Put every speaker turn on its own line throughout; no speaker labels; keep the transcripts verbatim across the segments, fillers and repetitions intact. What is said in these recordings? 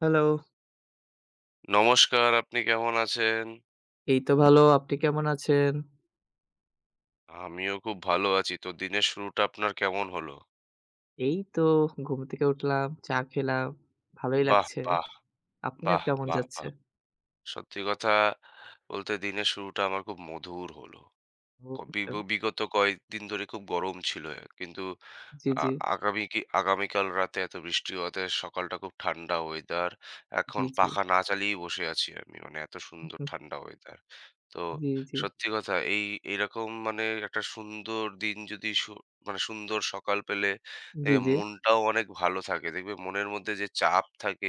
Hello,
নমস্কার, আপনি কেমন আছেন?
এই তো ভালো। আপনি কেমন আছেন?
আমিও খুব ভালো আছি। তো দিনের শুরুটা আপনার কেমন হলো?
এই তো ঘুম থেকে উঠলাম, চা খেলাম। ভালোই
বাহ!
লাগছে।
বাহ!
আপনার
বাহ!
কেমন
বাহ!
যাচ্ছে?
বাহ! সত্যি কথা বলতে দিনের শুরুটা আমার খুব মধুর হলো।
ও
ক
আচ্ছা।
বিব বিগত কয়েকদিন ধরে খুব গরম ছিল। কিন্তু
জি,
আ
জি,
আগামী কি আগামীকাল রাতে এত বৃষ্টি হওয়াতে সকালটা খুব ঠান্ডা ওয়েদার। এখন
জি, জি।
পাখা না চালিয়েই বসে আছি আমি। মানে এত সুন্দর
হুম,
ঠান্ডা ওয়েদার। তো
জি, জি,
সত্যি কথা এই এরকম মানে একটা সুন্দর দিন যদি সু মানে সুন্দর সকাল পেলে
জি,
দেখবে
জি,
মনটাও অনেক ভালো থাকে। দেখবে মনের মধ্যে যে চাপ থাকে,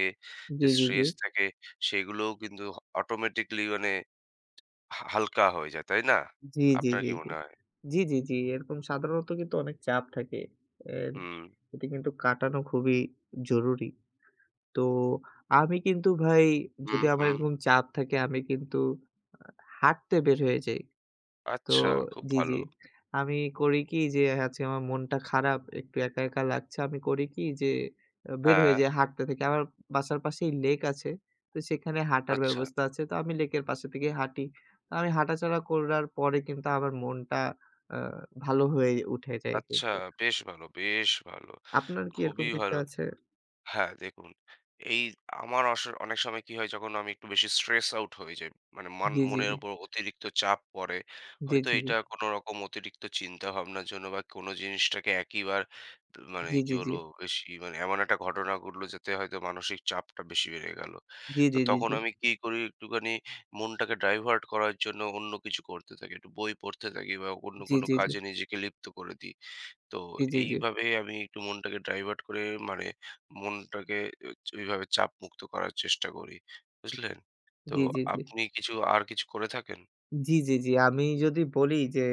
যে
জি, জি, জি, জি,
স্ট্রেস থাকে সেগুলোও কিন্তু অটোমেটিক্যালি মানে হা হালকা হয়ে যায়। তাই না?
জি, জি,
আপনার কি মনে হয়?
জি, জি, জি, জি। এরকম সাধারণত কিন্তু অনেক চাপ থাকে। এর
হুম,
এটি কিন্তু কাটানো খুবই জরুরি। তো আমি কিন্তু ভাই
হুম,
যদি আমার
হুম।
এরকম চাপ থাকে আমি কিন্তু আ হাঁটতে বের হয়ে যাই। তো
আচ্ছা, খুব
জি,
ভালো।
জি। আমি করি কি যে আজকে আমার মনটা খারাপ, একটু একা, একা লাগছে। আমি করি কি যে আ বের হয়ে
হ্যাঁ,
যাই হাঁটতে থেকে। আমার বাসার পাশেই লেক আছে। তো সেখানে হাঁটার
আচ্ছা,
ব্যবস্থা আছে। তো আমি লেকের পাশে থেকে হাঁটি। তো আমি হাঁটাচলা করার পরে কিন্তু আমার মনটা আ ভালো হয়ে উঠে যায়
আচ্ছা।
কিন্তু।
বেশ ভালো, বেশ ভালো।
আপনার কি এরকম
খুবই
কিছু
ভালো।
আছে?
হ্যাঁ, দেখুন, এই আমার অস অনেক সময় কি হয় যখন আমি একটু বেশি স্ট্রেস আউট হয়ে যাই। মানে মান
জি, জি,
মনের
জি।
উপর অতিরিক্ত চাপ পড়ে।
জি,
হয়তো
জি, জি।
এটা কোনরকম অতিরিক্ত চিন্তাভাবনার জন্য বা কোন জিনিসটাকে একইবার মানে
জি,
কি
জি, জি।
বলবো বেশি মানে এমন একটা ঘটনা ঘটলো যাতে হয়তো মানসিক চাপটা বেশি বেড়ে গেল।
জি,
তো
জি, জি,
তখন
জি।
আমি কি করি একটুখানি মনটাকে ডাইভার্ট করার জন্য অন্য কিছু করতে থাকি। একটু বই পড়তে থাকি বা অন্য
জি,
কোন
জি, জি।
কাজে নিজেকে লিপ্ত করে দিই। তো
জি, জি, জি।
এইভাবে আমি একটু মনটাকে ডাইভার্ট করে মানে মনটাকে ওইভাবে চাপ মুক্ত করার চেষ্টা করি। বুঝলেন? তো
জি, জি, জি।
আপনি কিছু আর কিছু করে থাকেন?
জি, জি, জি। আমি যদি বলি যে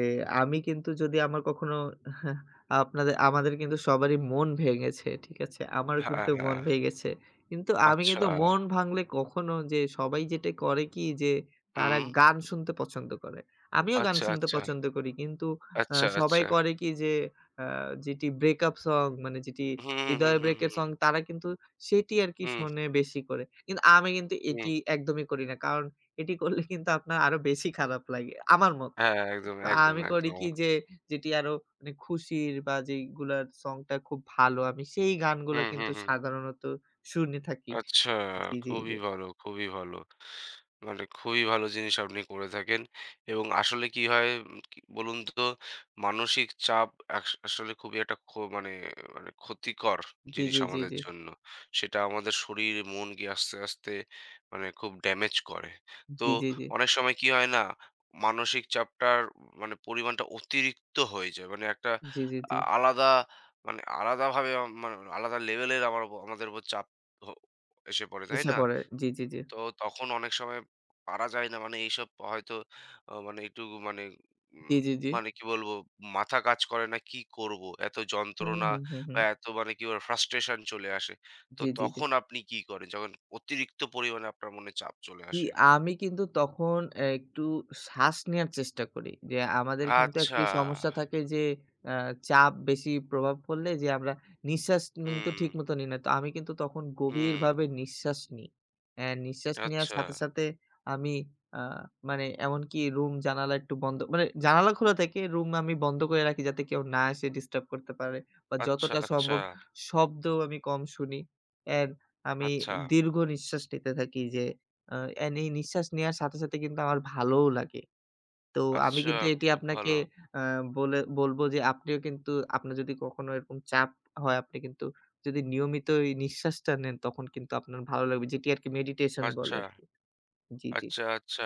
আমি কিন্তু যদি আমার কখনো আপনাদের আমাদের কিন্তু সবারই মন ভেঙেছে, ঠিক আছে? আমারও
হ্যাঁ,
কিন্তু মন
হ্যাঁ।
ভেঙেছে। কিন্তু আমি
আচ্ছা।
কিন্তু মন ভাঙলে কখনো যে সবাই যেটা করে কি যে তারা
হুম।
গান শুনতে পছন্দ করে। আমিও গান
আচ্ছা,
শুনতে
আচ্ছা,
পছন্দ করি। কিন্তু আ
আচ্ছা,
সবাই
আচ্ছা।
করে কি যে আ যেটি ব্রেকআপ সং মানে যেটি
হুম, হুম, হুম,
হৃদয়
হুম,
ব্রেকের
হুম,
সং তারা কিন্তু সেটি আরকি
হুম,
শোনে বেশি করে। কিন্তু আমি কিন্তু
হুম।
এটি একদমই করি না। কারণ এটি করলে কিন্তু আপনার আরো বেশি খারাপ লাগে, আমার মতে।
হ্যাঁ, একদম,
তো
একদম,
আমি করি
একদম।
কি যে, যেটি আরো মানে খুশির বা যেইগুলার সংটা খুব ভালো, আমি সেই গানগুলো
হুম, হুম,
কিন্তু
হুম।
সাধারণত শুনে থাকি।
আচ্ছা,
জি, জি,
খুবই
জি।
ভালো, খুবই ভালো। মানে খুবই ভালো জিনিস আপনি করে থাকেন এবং আসলে কি হয় উম কি বলুন তো, মানসিক চাপ আস আসলে খুবই একটা খো মানে মানে ক্ষতিকর
জি,
জিনিস
জি, জি,
আমাদের
জি।
জন্য। সেটা আমাদের শরীর, মনকে আস্তে, আস্তে মানে খুব ড্যামেজ করে। তো
জি, জি, জি।
অনেক সময় কি হয় না, মানসিক চাপটার মানে পরিমাণটা অতিরিক্ত হয়ে যায়। মানে একটা
জি, জি,
আ
জি।
আলাদা মানে আলাদাভাবে আ মানে আলাদা লেভেলের আমার উপর- আমাদের উপর চাপ হ এসে পড়ে, তাই
এসে
না?
পড়ে। জি, জি, জি।
তো তখন অনেক সময় পারা যায় না। মানে এইসব হয়তো আ মানে একটু মানে উম
জি, জি, জি।
মানে কি বলবো? মাথা কাজ করে না কি করব? এত
হুম,
যন্ত্রণা
হুম, হুম,
বা
হুম।
এত মানে কি বলে ফ্রাস্ট্রেশন চলে আসে। তো
জি, জি, জি।
তখন আপনি কি করেন? যখন অতিরিক্ত পরিমাণে আপনার মনে চাপ চলে
জি,
আসে?
আমি কিন্তু তখন অ্যা একটু শ্বাস নেয়ার চেষ্টা করি। যে আমাদের কিন্তু
আচ্ছা।
একটি সমস্যা থাকে যে আ চাপ বেশি প্রভাব পড়লে যে আমরা নিঃশ্বাস কিন্তু
হুম,
ঠিকমতো নিই না। তো আমি কিন্তু তখন
হুম।
গভীরভাবে নিঃশ্বাস নিই। অ্যা নিঃশ্বাস নেওয়ার
আচ্ছা,
সাথে, সাথে আমি আ মানে এমনকি রুম জানালা একটু বন্ধ মানে জানালা খোলা থাকে রুম আমি বন্ধ করে রাখি যাতে কেউ না এসে ডিস্টার্ব করতে পারে বা
আচ্ছা,
যতটা
আচ্ছা,
সম্ভব শব্দ আমি কম শুনি। অ্যান্ড আমি
আচ্ছা,
দীর্ঘ নিঃশ্বাস নিতে থাকি যে আ এন এই নিঃশ্বাস নেওয়ার সাথে, সাথে কিন্তু আমার ভালোও লাগে। তো আমি
আচ্ছা।
কিন্তু এটি
খুব ভালো।
আপনাকে আ বলে বলবো যে আপনিও কিন্তু আপনার যদি কখনো এরকম চাপ হয়, আপনি কিন্তু যদি নিয়মিত এই নিঃশ্বাসটা নেন তখন কিন্তু আপনার ভালো লাগবে। যেটি আরকি মেডিটেশন বলে
আচ্ছা,
আরকি। জি, জি।
আচ্ছা, আচ্ছা।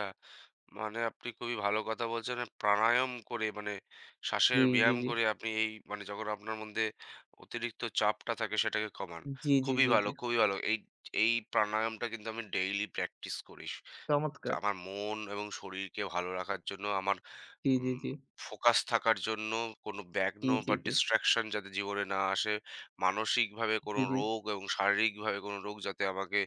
মানে আপনি খুবই ভালো কথা বলছেন। মানে প্রাণায়াম করে মানে শ্বাসের
জি, জি,
ব্যায়াম
জি।
করে আপনি এই মানে যখন আপনার মধ্যে অতিরিক্ত চাপটা থাকে সেটাকে কমান।
জি, জি,
খুবই
জি,
ভালো,
জি।
খুবই ভালো। এই এই প্রাণায়ামটা কিন্তু আমি ডেইলি প্র্যাকটিস করি।
চমৎকার।
আমার মন এবং শরীরকে ভালো রাখার জন্য আমার
জি, জি,
উম
জি।
ফোকাস থাকার জন্য কোনো ব্যাঘ্ন
জি, জি,
বা
জি।
ডিস্ট্রাকশন যাতে জীবনে না আসে। মানসিকভাবে কোনো
জি, জি।
রোগ এবং শারীরিকভাবে কোনো রোগ যাতে আমাকে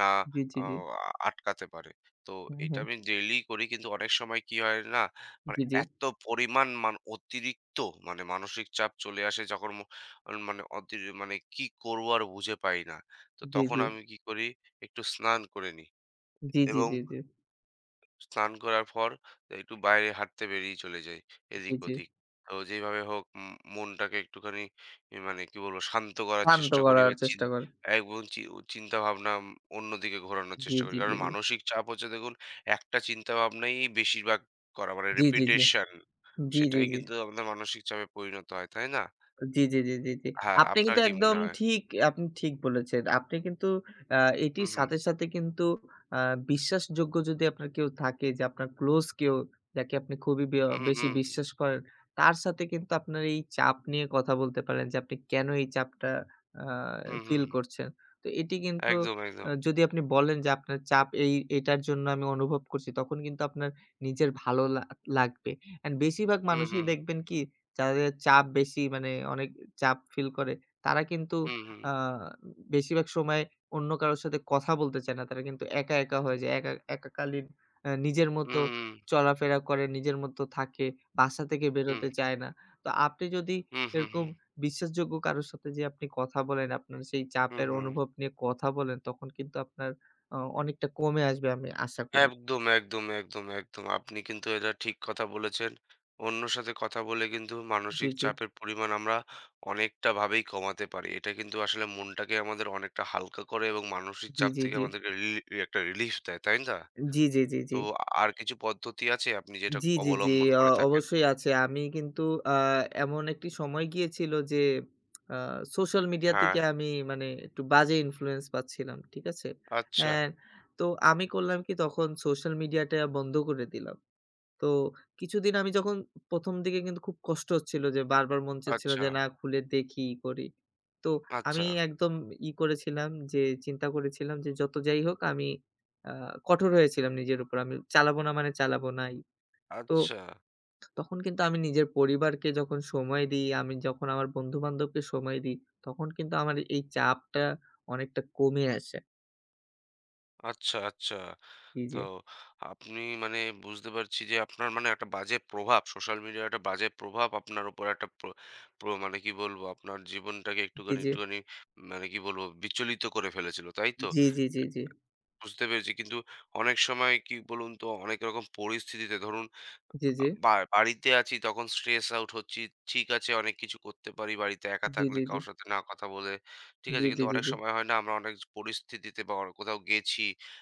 না
জি, জি, জি।
আহ, আ আটকাতে পারে। তো
হুম,
এটা
হুম।
আমি ডেইলি করি কিন্তু অনেক সময় কি হয় না মানে
জি, জি।
এত পরিমাণ মান অতিরিক্ত মানে মানসিক চাপ চলে আসে যখন ম মানে অতি মানে কি করব আর বুঝে পাই না। তো
জি,
তখন
জি।
আমি কি করি একটু স্নান করে নিই
জি, জি,
এবং
জি, জি।
স্নান করার পর একটু বাইরে হাঁটতে বেরিয়ে চলে যাই এদিক
জি, জি।
ওদিক। তো যেইভাবে হোক উম মনটাকে একটুখানি ই মানে কি বলবো শান্ত করার
শান্ত
চেষ্টা করি
করার
বা চিন
চেষ্টা করেন।
এবং চি চিন্তা ভাবনা উম অন্যদিকে ঘোরানোর
জি,
চেষ্টা করি।
জি, জি,
কারণ
জি।
মানসিক চাপ হচ্ছে দেখুন একটা চিন্তা ভাবনাই বেশিরভাগ করা মানে
জি, জি, জি।
রিপিটেশন
জি, জি,
সেটাই
জি।
কিন্তু আমাদের মানসিক চাপে পরিণত হয়, তাই না?
জি, জি, জি, জি, জি।
হ্যাঁ,
আপনি
আপনার
কিন্তু
কি মনে
একদম
হয়?
ঠিক আপনি ঠিক বলেছেন। আপনি কিন্তু আ
হুম,
এটির
হুম।
সাথে, সাথে কিন্তু আ বিশ্বাসযোগ্য যদি আপনার কেউ থাকে যে আপনার ক্লোজ কেউ যাকে আপনি খুবই বে
হুম,
বেশি
হুম,
বিশ্বাস করেন, তার সাথে কিন্তু আপনার এই চাপ নিয়ে কথা বলতে পারেন যে আপনি কেন এই চাপটা আ
হুম, হুম।
ফিল করছেন। তো এটি কিন্তু
একদম, একদম।
আ যদি আপনি বলেন যে আপনার চাপ এই এটার জন্য আমি অনুভব করছি তখন কিন্তু আপনার নিজের ভালো লা লাগবে। অ্যান্ড বেশিরভাগ
হুম,
মানুষই
হুম,
দেখবেন কি যাদের চাপ বেশি মানে অনেক চাপ ফিল করে, তারা কিন্তু
হুম, হুম।
আ বেশিরভাগ সময় অন্য কারো সাথে কথা বলতে চায় না। তারা কিন্তু একা, একা হয়ে যায়। একা একাকালীন আ নিজের মতো
হুম, হুম,
চলাফেরা করে, নিজের মতো থাকে, বাসা থেকে
হুম,
বেরোতে চায় না। তো আপনি যদি
হুম, হুম,
এরকম বিশ্বাসযোগ্য কারো সাথে যে আপনি কথা বলেন, আপনার সেই
হুম,
চাপের
হুম।
অনুভব নিয়ে কথা বলেন, তখন কিন্তু আপনার অ অনেকটা কমে আসবে আমি আশা করি।
একদম, একদম, একদম, একদম। আপনি কিন্তু এটা ঠিক কথা বলেছেন। অন্যর সাথে কথা বলে কিন্তু
জি,
মানসিক
জি,
চাপের পরিমাণ আমরা অনেকটা ভাবেই কমাতে পারি। এটা কিন্তু আসলে মনটাকে আমাদের অনেকটা হালকা করে এবং মানসিক
জি,
চাপ
জি,
থেকে
জি,
আমাদেরকে রিলি একটা রিলিফ দেয়, তাই না?
জি, জি, জি,
তো
জি।
আর কিছু পদ্ধতি আছে আপনি যেটা
জি, জি, জি।
অবলম্বন
অ
করে থাকেন?
অবশ্যই আছে। আমি কিন্তু আ এমন একটি সময় গিয়েছিল যে আ সোশ্যাল মিডিয়া
হ্যাঁ।
থেকে আমি মানে একটু বাজে ইনফ্লুয়েন্স পাচ্ছিলাম। ঠিক আছে?
আচ্ছা,
হ্যাঁ, তো আমি করলাম কি তখন সোশ্যাল মিডিয়াটা বন্ধ করে দিলাম। তো কিছুদিন আমি যখন ১ম দিকে কিন্তু খুব কষ্ট হচ্ছিল যে বারবার মন চাচ্ছিল
আচ্ছা,
যে না খুলে দেখি, ই করি। তো
আচ্ছা,
আমি একদম ই করেছিলাম যে চিন্তা করেছিলাম যে যত যাই হোক আমি আ কঠোর হয়েছিলাম নিজের উপর। আমি চালাবো না মানে চালাবো নাই। তো
আচ্ছা,
তখন কিন্তু আমি নিজের পরিবারকে যখন সময় দিই, আমি যখন আমার বন্ধু-বান্ধবকে সময় দিই, তখন কিন্তু আমার এই চাপটা অনেকটা কমে আসে।
আচ্ছা, আচ্ছা।
জি,
তো
জি।
আপনি মানে বুঝতে পারছি যে আপনার মানে একটা বাজে প্রভাব সোশ্যাল মিডিয়ার একটা বাজে প্রভাব আপনার উপর একটা প্র- প্র- মানে কি বলবো আপনার জীবনটাকে
জি,
একটুখানি
জি।
একটুখানি মানে কি বলবো বিচলিত করে ফেলেছিল তাই তো
জি, জি, জি, জি।
বুঝতে পেরেছি কিন্তু অনেক সময় কি বলুন তো অনেক রকম পরিস্থিতিতে ধরুন
জি,
আ
জি।
বা বাড়িতে আছি তখন স্ট্রেস আউট হচ্ছি। ঠিক আছে অনেক কিছু করতে পারি বাড়িতে একা
জি,
থাকলে
জি, জি।
কারো সাথে না কথা বলে। ঠিক
জি,
আছে?
জি,
কিন্তু
জি,
অনেক
জি।
সময় হয় না আমরা অনেক পরিস্থিতিতে বা অনেক কোথাও গেছি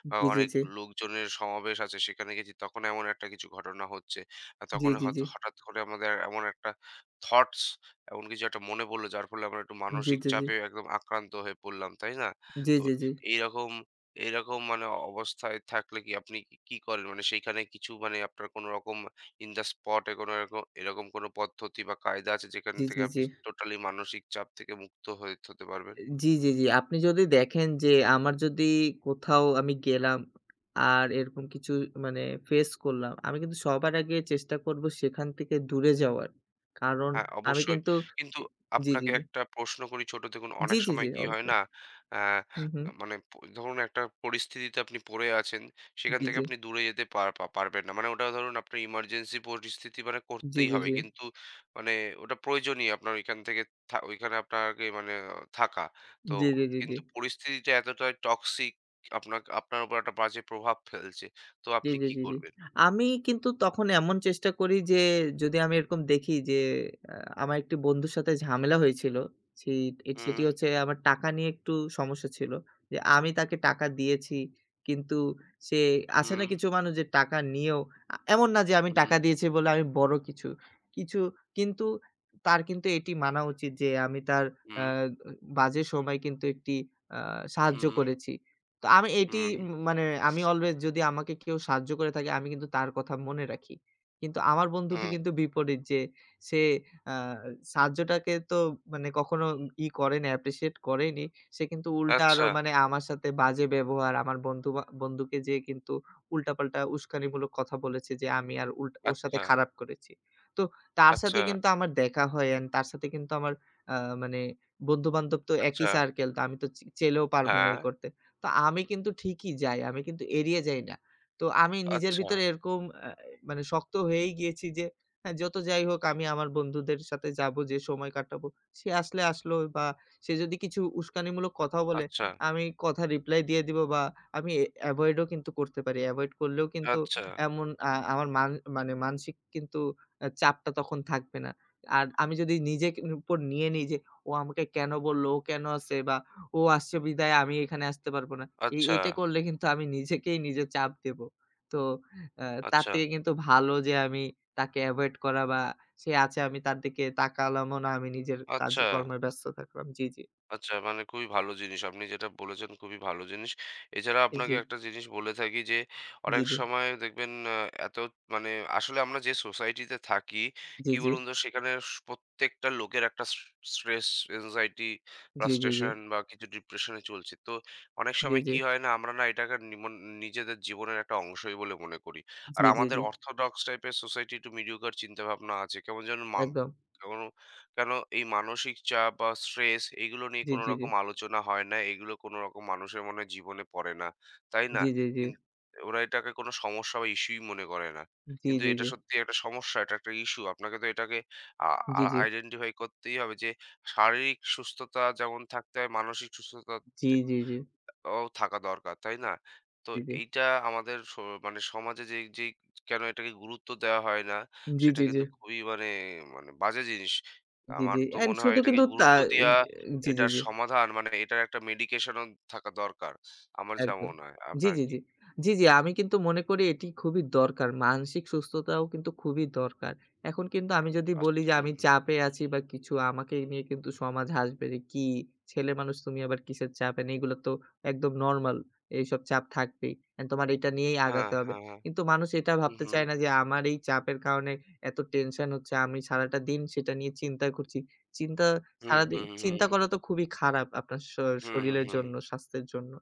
বা অনেক লোকজনের সমাবেশ আছে সেখানে গেছি তখন এমন একটা কিছু ঘটনা হচ্ছে। আর
জি,
তখন
জি, জি।
হয়তো হঠাৎ করে আমাদের এমন একটা থটস এমন কিছু একটা মনে পড়লো যার ফলে আমরা একটু
জি,
মানসিক
জি, জি।
চাপে একদম আক্রান্ত হয়ে পড়লাম। তাই না?
জি, জি,
তো
জি। জি, জি, জি।
এইরকম এইরকম মানে অবস্থায় থাকলে কি আপনি কি কি করেন? মানে সেইখানে কিছু মানে আপনার কোনরকম ইন দ্য স্পট এ কোনো এরকম এরকম কোনো পদ্ধতি বা কায়দা আছে যেখান
জি,
থেকে
জি,
আপনি
জি।
টোটালি মানসিক চাপ থেকে মুক্ত হয়ে হতে পারবেন?
জি, জি, জি। আপনি যদি দেখেন যে আমার যদি কোথাও আমি গেলাম আর এরকম কিছু মানে ফেস করলাম, আমি কিন্তু সবার আগে চেষ্টা করব সেখান থেকে দূরে যাওয়ার। কারণ
হ্যাঁ,
আমি
অবশ্যই।
কিন্তু
কিন্তু
জি, জি,
আপনাকে
জি,
একটা প্রশ্ন করি ছোট দেখুন
জি,
অনেক
জি,
সময়
জি,
কি হয়
অবশ্যই।
না? আ
হুম, হুম।
মানে প ধরুন একটা পরিস্থিতিতে আপনি পড়ে আছেন, সেখান
জি,
থেকে
জি,
আপনি দূরে যেতে পার পা পারবেন না। মানে ওটা ধরুন আপনার ইমার্জেন্সি পরিস্থিতি মানে
জি,
করতেই
জি,
হবে।
জি,
কিন্তু মানে ওটা প্রয়োজনীয় আপনার ওইখান থেকে থা ওইখানে আপনাকে মানে থাকা। তো
জি, জি, জি, জি।
কিন্তু পরিস্থিতিটা এতটাই টক্সিক আপনার আপনার উপর একটা বাজে প্রভাব ফেলছে। তো
জি,
আপনি
জি,
কি
জি, জি।
করবেন?
আমি কিন্তু তখন এমন চেষ্টা করি যে যদি আমি এরকম দেখি যে আ আমার একটি বন্ধুর সাথে ঝামেলা হয়েছিল। সেই এ সেটি
হুম,
হচ্ছে আমার টাকা নিয়ে একটু সমস্যা ছিল। যে আমি তাকে টাকা দিয়েছি কিন্তু সে আছে
হুম,
না কিছু মানুষ যে টাকা নিয়েও আ এমন না যে আমি
হুম,
টাকা দিয়েছি বলে আমি বড় কিছু, কিছু কিন্তু তার কিন্তু এটি মানা উচিত যে আমি তার আ
হুম,
বাজে সময় কিন্তু একটি আ সাহায্য
হুম,
করেছি। তো আমি এটি
হুম, হুম,
উম মানে আমি অলওয়েজ যদি আমাকে কেউ সাহায্য করে থাকে আমি কিন্তু তার কথা মনে রাখি। কিন্তু আমার বন্ধুটি
হুম।
কিন্তু বিপরীত যে সে আ সাহায্যটাকে তো মানে কখনো ই করে নাই, অ্যাপ্রিশিয়েট করেনি। সে কিন্তু উল্টা আরো
আচ্ছা,
মানে আমার সাথে বাজে ব্যবহার, আমার বন্ধু বা বন্ধুকে যেয়ে কিন্তু উল্টাপাল্টা উস্কানিমূলক কথা বলেছে যে আমি আর উল্টা ওর সাথে
আচ্ছা,
খারাপ করেছি। তো তার
আচ্ছা,
সাথে কিন্তু আমার দেখা হয় অ্যান্ড তার সাথে কিন্তু আমার আ মানে বন্ধু-বান্ধব তো
আচ্ছা,
একই সার্কেল। তো আমি তো চি চেলেও পারব না
হ্যাঁ,
ই করতে। তো আমি কিন্তু ঠিকই যাই। আমি কিন্তু এড়িয়ে যাই না। তো আমি নিজের
আচ্ছা,
ভিতরে এরকম আ মানে শক্ত হয়েই গিয়েছি যে হ্যাঁ, যত যাই হোক আমি আমার বন্ধুদের সাথে যাবো, যে সময় কাটাবো। সে আসলে আসলো বা সে যদি কিছু উস্কানিমূলক কথাও বলে,
আচ্ছা,
আমি কথা রিপ্লাই দিয়ে দিব বা আমি এ এভয়েড ও কিন্তু করতে পারি। এভয়েড করলেও কিন্তু
আচ্ছা,
এমন আ আমার মান মানে মানসিক কিন্তু আ চাপটা তখন থাকবে না। আর আমি যদি নিজের উপর নিয়ে নিই যে ও আমাকে কেন বলল? ও কেন আছে? বা ও আসছে বিধায় আমি এখানে আসতে পারব না। এই
আচ্ছা,
এইটা করলে কিন্তু আমি নিজেকেই নিজে চাপ দেব। তো আ তার
আচ্ছা,
থেকে কিন্তু ভালো যে আমি তাকে এভয়েড করা বা সে আছে আমি তার দিকে তাকালামও না, আমি নিজের
আচ্ছা।
কাজকর্মে ব্যস্ত থাকলাম। জি, জি,
আচ্ছা মানে খুবই ভালো জিনিস। আপনি যেটা বলেছেন খুবই ভালো জিনিস। এছাড়া
জি, জি,
আপনাকে একটা জিনিস বলে থাকি যে
জি,
অনেক
জি,
সময় দেখবেন আ এত মানে আসলে আমরা যে সোসাইটিতে থাকি কি
জি,
বলুন তো সেখানে স প্রত্যেকটা লোকের একটা স স্ট্রেস, অ্যাংজাইটি,
জি, জি, জি,
ফ্রাস্ট্রেশন বা কিছু ডিপ্রেশনে চলছে। তো অনেক সময়
জি,
কি হয় না আমরা না এটাকে নিমন নিজেদের জীবনের একটা অংশই বলে মনে করি। আর
জি, জি,
আমাদের
জি,
অর্থোডক্স টাইপের সোসাইটি একটু mediocre চিন্তাভাবনা আছে। কেমন যেন
একদম।
মা কেন এই মানসিক চাপ বা স্ট্রেস এগুলো নিয়ে
জি,
কোনো
জি, জি,
রকম আলোচনা হয় না। এগুলো কোনো রকম মানুষের মনে হয় জীবনে পড়ে না। তাই না?
জি, জি, জি,
কিন ওরা এটাকে কোনো সমস্যা বা ইস্যুই মনে করে না।
জি,
কিন্তু
জি,
এটা সত্যি একটা সমস্যা, এটা একটা ইস্যু। আপনাকে তো এটাকে আ
জি,
আ
জি, জি,
আইডেন্টিফাই করতেই হবে যে শারীরিক সুস্থতা যেমন থাকতে হয়, মানসিক সুস্থতা
জি, জি, জি, জি, জি,
ও থাকা দরকার, তাই না? তো
জি,
এইটা আমাদের স মানে সমাজে যেই যেই কেন এটাকে গুরুত্ব দেওয়া হয় না, সেটা
জি,
কিন্তু খুবই মানে মানে বাজে জিনিস।
জি, জি,
আমার
জি,
তো
অ্যান্ড
মনে হয়
শুধু
এটাকে
কিন্তু তা
গুরুত্ব দেয়া,
জি, জি,
এটার
জি।
সমাধান মানে এটার একটা মেডিকেশন ও থাকা দরকার। আমার যা
একদম।
মনে হয়।
জি,
আপনার
জি,
কি?
জি। জি, জি, আমি কিন্তু মনে করি এটি খুবই দরকার। মানসিক সুস্থতাও কিন্তু খুবই দরকার। এখন কিন্তু আমি যদি বলি
আচ্ছা
যে
হুম,
আমি
হুম।
চাপে আছি বা কিছু আমাকে নিয়ে কিন্তু সমাজ হাসবে যে, "কি ছেলেমানুষ তুমি আবার কিসের চাপ এনে এগুলো তো একদম নরমাল। এইসব চাপ থাকবেই। এন্ড তোমার এটা নিয়েই
হ্যাঁ,
আগাতে হবে।"
হ্যাঁ, হ্যাঁ।
কিন্তু মানুষ এটা
হুম,
ভাবতে
হুম।
চায় না যে আমার এই চাপের কারণে এত টেনশন হচ্ছে। আমি সারাটা দিন সেটা নিয়ে চিন্তা করছি। চিন্তা
হুম,
সারাদিন
হুম,
চিন্তা
হুম,
করা তো খুবই খারাপ আপনার শ
হুম, হুম,
শরীরের
হুম।
জন্য, স্বাস্থ্যের জন্য।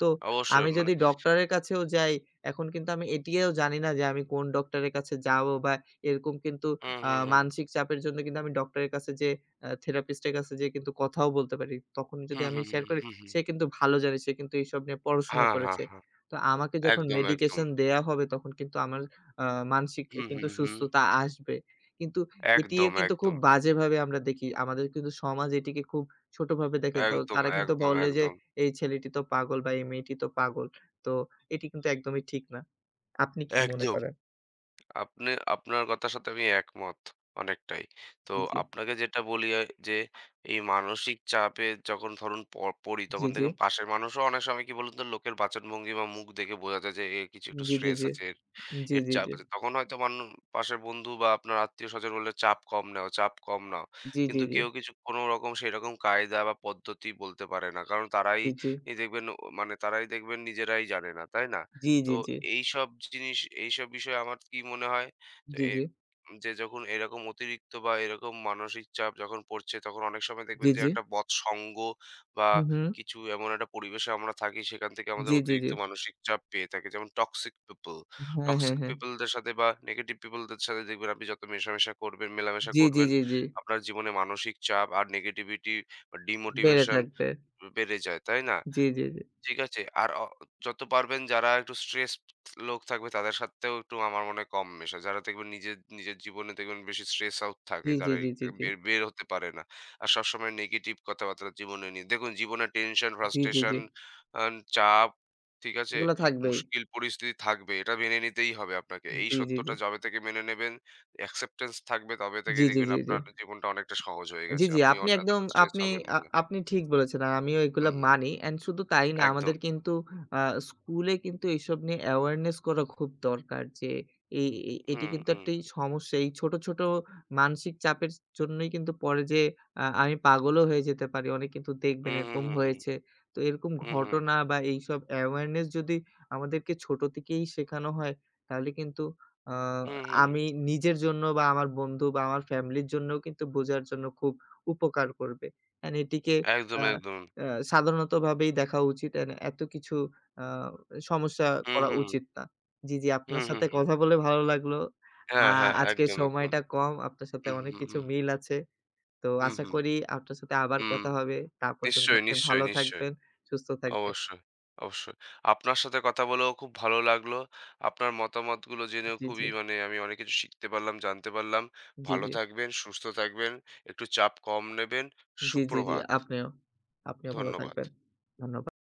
তো
অবশ্যই
আমি
মানে
যদি ডক্টরের কাছেও যাই, এখন কিন্তু আমি এটিও জানি না যে আমি কোন ডক্টরের কাছে যাবো বা এরকম কিন্তু
হুম,
আ
হুম, হুম।
মানসিক চাপের জন্য কিন্তু আমি ডক্টরের কাছে যেয়ে আ থেরাপিস্টের কাছে যেয়ে কিন্তু কথাও বলতে পারি। তখন যদি
হুম,
আমি
হুম,
শেয়ার
হুম,
করি,
হুম, হুম।
সে কিন্তু ভালো জানে, সে কিন্তু এইসব নিয়ে পড়াশোনা
হ্যাঁ, হ্যাঁ,
করেছে।
হ্যাঁ।
তো আমাকে যখন
একদম, একদম।
মেডিকেশন দেয়া হবে তখন কিন্তু আমার আ মানসিক
হুম,
কিন্তু
হুম, হুম।
সুস্থতা আসবে। কিন্তু এটিও
একদম,
কিন্তু খুব
একদম।
বাজেভাবে আমরা দেখি। আমাদের কিন্তু সমাজ এটিকে খুব ছোটভাবে দেখে। তো
একদম,
তারা কিন্তু
একদম,
বলে যে
একদম,
এই ছেলেটি তো পাগল বা এই মেয়েটি তো পাগল। তো এটি কিন্তু একদমই ঠিক না। আপনি কি মনে
একদম।
করেন?
আপনি আপনার কথার সাথে আমি একমত অনেকটাই। তো
জি, জি,
আপনাকে যেটা বলি আ যে এই মানসিক চাপে যখন ধরুন প পড়ি
জি,
তখন
জি,
দেখবেন পাশের মানুষও অনেক সময় কি বলুন তো লোকের বাচনভঙ্গি বা মুখ দেখে বোঝা যায় যে এর কিছু একটু
জি, জি,
স্ট্রেস
জি,
আছে।
জি, জি,
এর
জি,
চাপ
জি,
আছে। তখন হয়তো মানু পাশের বন্ধু বা আপনার আত্মীয়স্বজন বললে, "চাপ কম নাও, চাপ কম নাও।"
জি, জি,
কিন্তু
জি,
কেউ কিছু কোনো রকম সেরকম কায়দা বা পদ্ধতি বলতে পারে না। কারণ তারাই ই দেখবেন ও মানে তারাই দেখবেন নিজেরাই জানে না, তাই না? তো
জি,
এইসব জিনিস, এইসব বিষয়ে আমার কি মনে হয় যে এ
জি,
যে যখন এরকম অতিরিক্ত বা এরকম মানসিক চাপ যখন পড়ছে, তখন অনেক সময় দেখবেন
জি,
যে
জি,
একটা বৎসঙ্গ বা
হু, হু,
কিছু এমন একটা পরিবেশে আমরা থাকি, সেখান থেকে আমাদের
জি, জি, জি,
অতিরিক্ত মানসিক চাপ পেয়ে থাকি। যেমন টক্সিক পিপল।
হ্যাঁ, হ্যাঁ,
টক্সিক
হ্যাঁ,
পিপলদের সাথে বা নেগেটিভ পিপলদের সাথে দেখবেন আপনি যত মেশামেশা করবেন, মেলামেশা
জি, জি,
করবেন,
জি, জি,
আপনার জীবনে মানসিক চাপ আর নেগেটিভিটি বা
বেড়ে
ডিমোটিভেশন
থাকবে।
বেড়ে যায়, তাই না?
জি, জি, জি,
ঠিক আছে। আর অ যত পারবেন যারা একটু স্ট্রেসড লোক থাকবে তাদের সাথেও একটু আমার মনে হয় কম মেশা। যারা দেখবেন নিজের, নিজের জীবনে দেখবেন বেশি স্ট্রেস আউট থাকে।
জি, জি,
যারা এই
জি, জি, জি,
বের, বের হতে পারে না। আর সবসময় নেগেটিভ কথাবার্তা জীবনে নিয়ে। দেখুন জীবনে টেনশন,
জি, জি,
ফ্রাস্ট্রেশন,
জি,
আন চাপ, ঠিক আছে?
এগুলো থাকবেই।
মুশকিল পরিস্থিতি থাকবে। এটা মেনে নিতেই হবে আপনাকে। এই
জি, জি, জি,
সত্যটা যবে থেকে মেনে নেবেন, অ্যাকসেপ্টেন্স থাকবে তবে
জি,
থেকেই
জি,
দেখবেন
জি, জি।
আপনার জীবনটা অনেকটা সহজ হয়ে
জি,
গেছে।
জি।
আপনি
আপনি
অন
একদম
এতটা স্ট্রেস
আপনি
হবেন
আ
না।
আপনি ঠিক বলেছেন। আর আমিও এগুলা
হুম,
মানি। অ্যান্ড শুধু তাই না
একদম।
আমাদের কিন্তু আ স্কুলে কিন্তু এইসব নিয়ে awareness করা খুব দরকার যে এই এ এটি
হুম,
কিন্তু
হুম।
একটি সমস্যা। এই ছোট, ছোট মানসিক চাপের জন্যই কিন্তু পরে যে আ আমি পাগলও হয়ে যেতে পারি। অনেক কিন্তু দেখবেন
হুম, হুম,
এরকম
হুম,
হয়েছে। তো এরকম
হুম, হুম,
ঘটনা বা এইসব awareness যদি আমাদেরকে ছোট থেকেই শেখানো হয় তাহলে কিন্তু আ
হুম, হুম, হুম।
আমি নিজের জন্য বা আমার বন্ধু বা আমার ফ্যামিলির জন্যও কিন্তু বোঝার জন্য খুব উপকার করবে। And এটিকে
একদম,
আ
একদম।
আ সাধারণতভাবেই দেখা উচিত। And এত কিছু আ সমস্যা
হুম,
করা
হুম,
উচিত না। জি, জি,
হুম,
আপনার
হুম,
সাথে
হুম।
কথা বলে ভালো লাগলো। আ
হ্যাঁ, হ্যাঁ,
আজকের
একদম, একদম।
সময়টা কম। আপনার সাথে
হুম,
অনেক
হুম,
কিছু
হুম,
মিল আছে। তো
হুম,
আশা
হুম,
করি আপনার সাথে আবার
হুম।
কথা হবে। তা পর্যন্ত
নিশ্চয়ই,
আপনি
নিশ্চয়ই,
ভালো
নিশ্চয়ই।
থাকবেন, সুস্থ থাকবেন।
অবশ্যই, অবশ্যই। আপনার সাথে কথা বলেও খুব ভালো লাগলো। আপনার মতামতগুলো জেনেও
জি, জি,
খুবই মানে আমি অনেক কিছু শিখতে পারলাম, জানতে পারলাম।
জি,
ভালো
জি,
থাকবেন, সুস্থ থাকবেন, একটু চাপ কম নেবেন।
জি, জি, জি,
সুপ্রভাত।
আপনিও। আপনিও ভালো
ধন্যবাদ।
থাকবেন। ধন্যবাদ।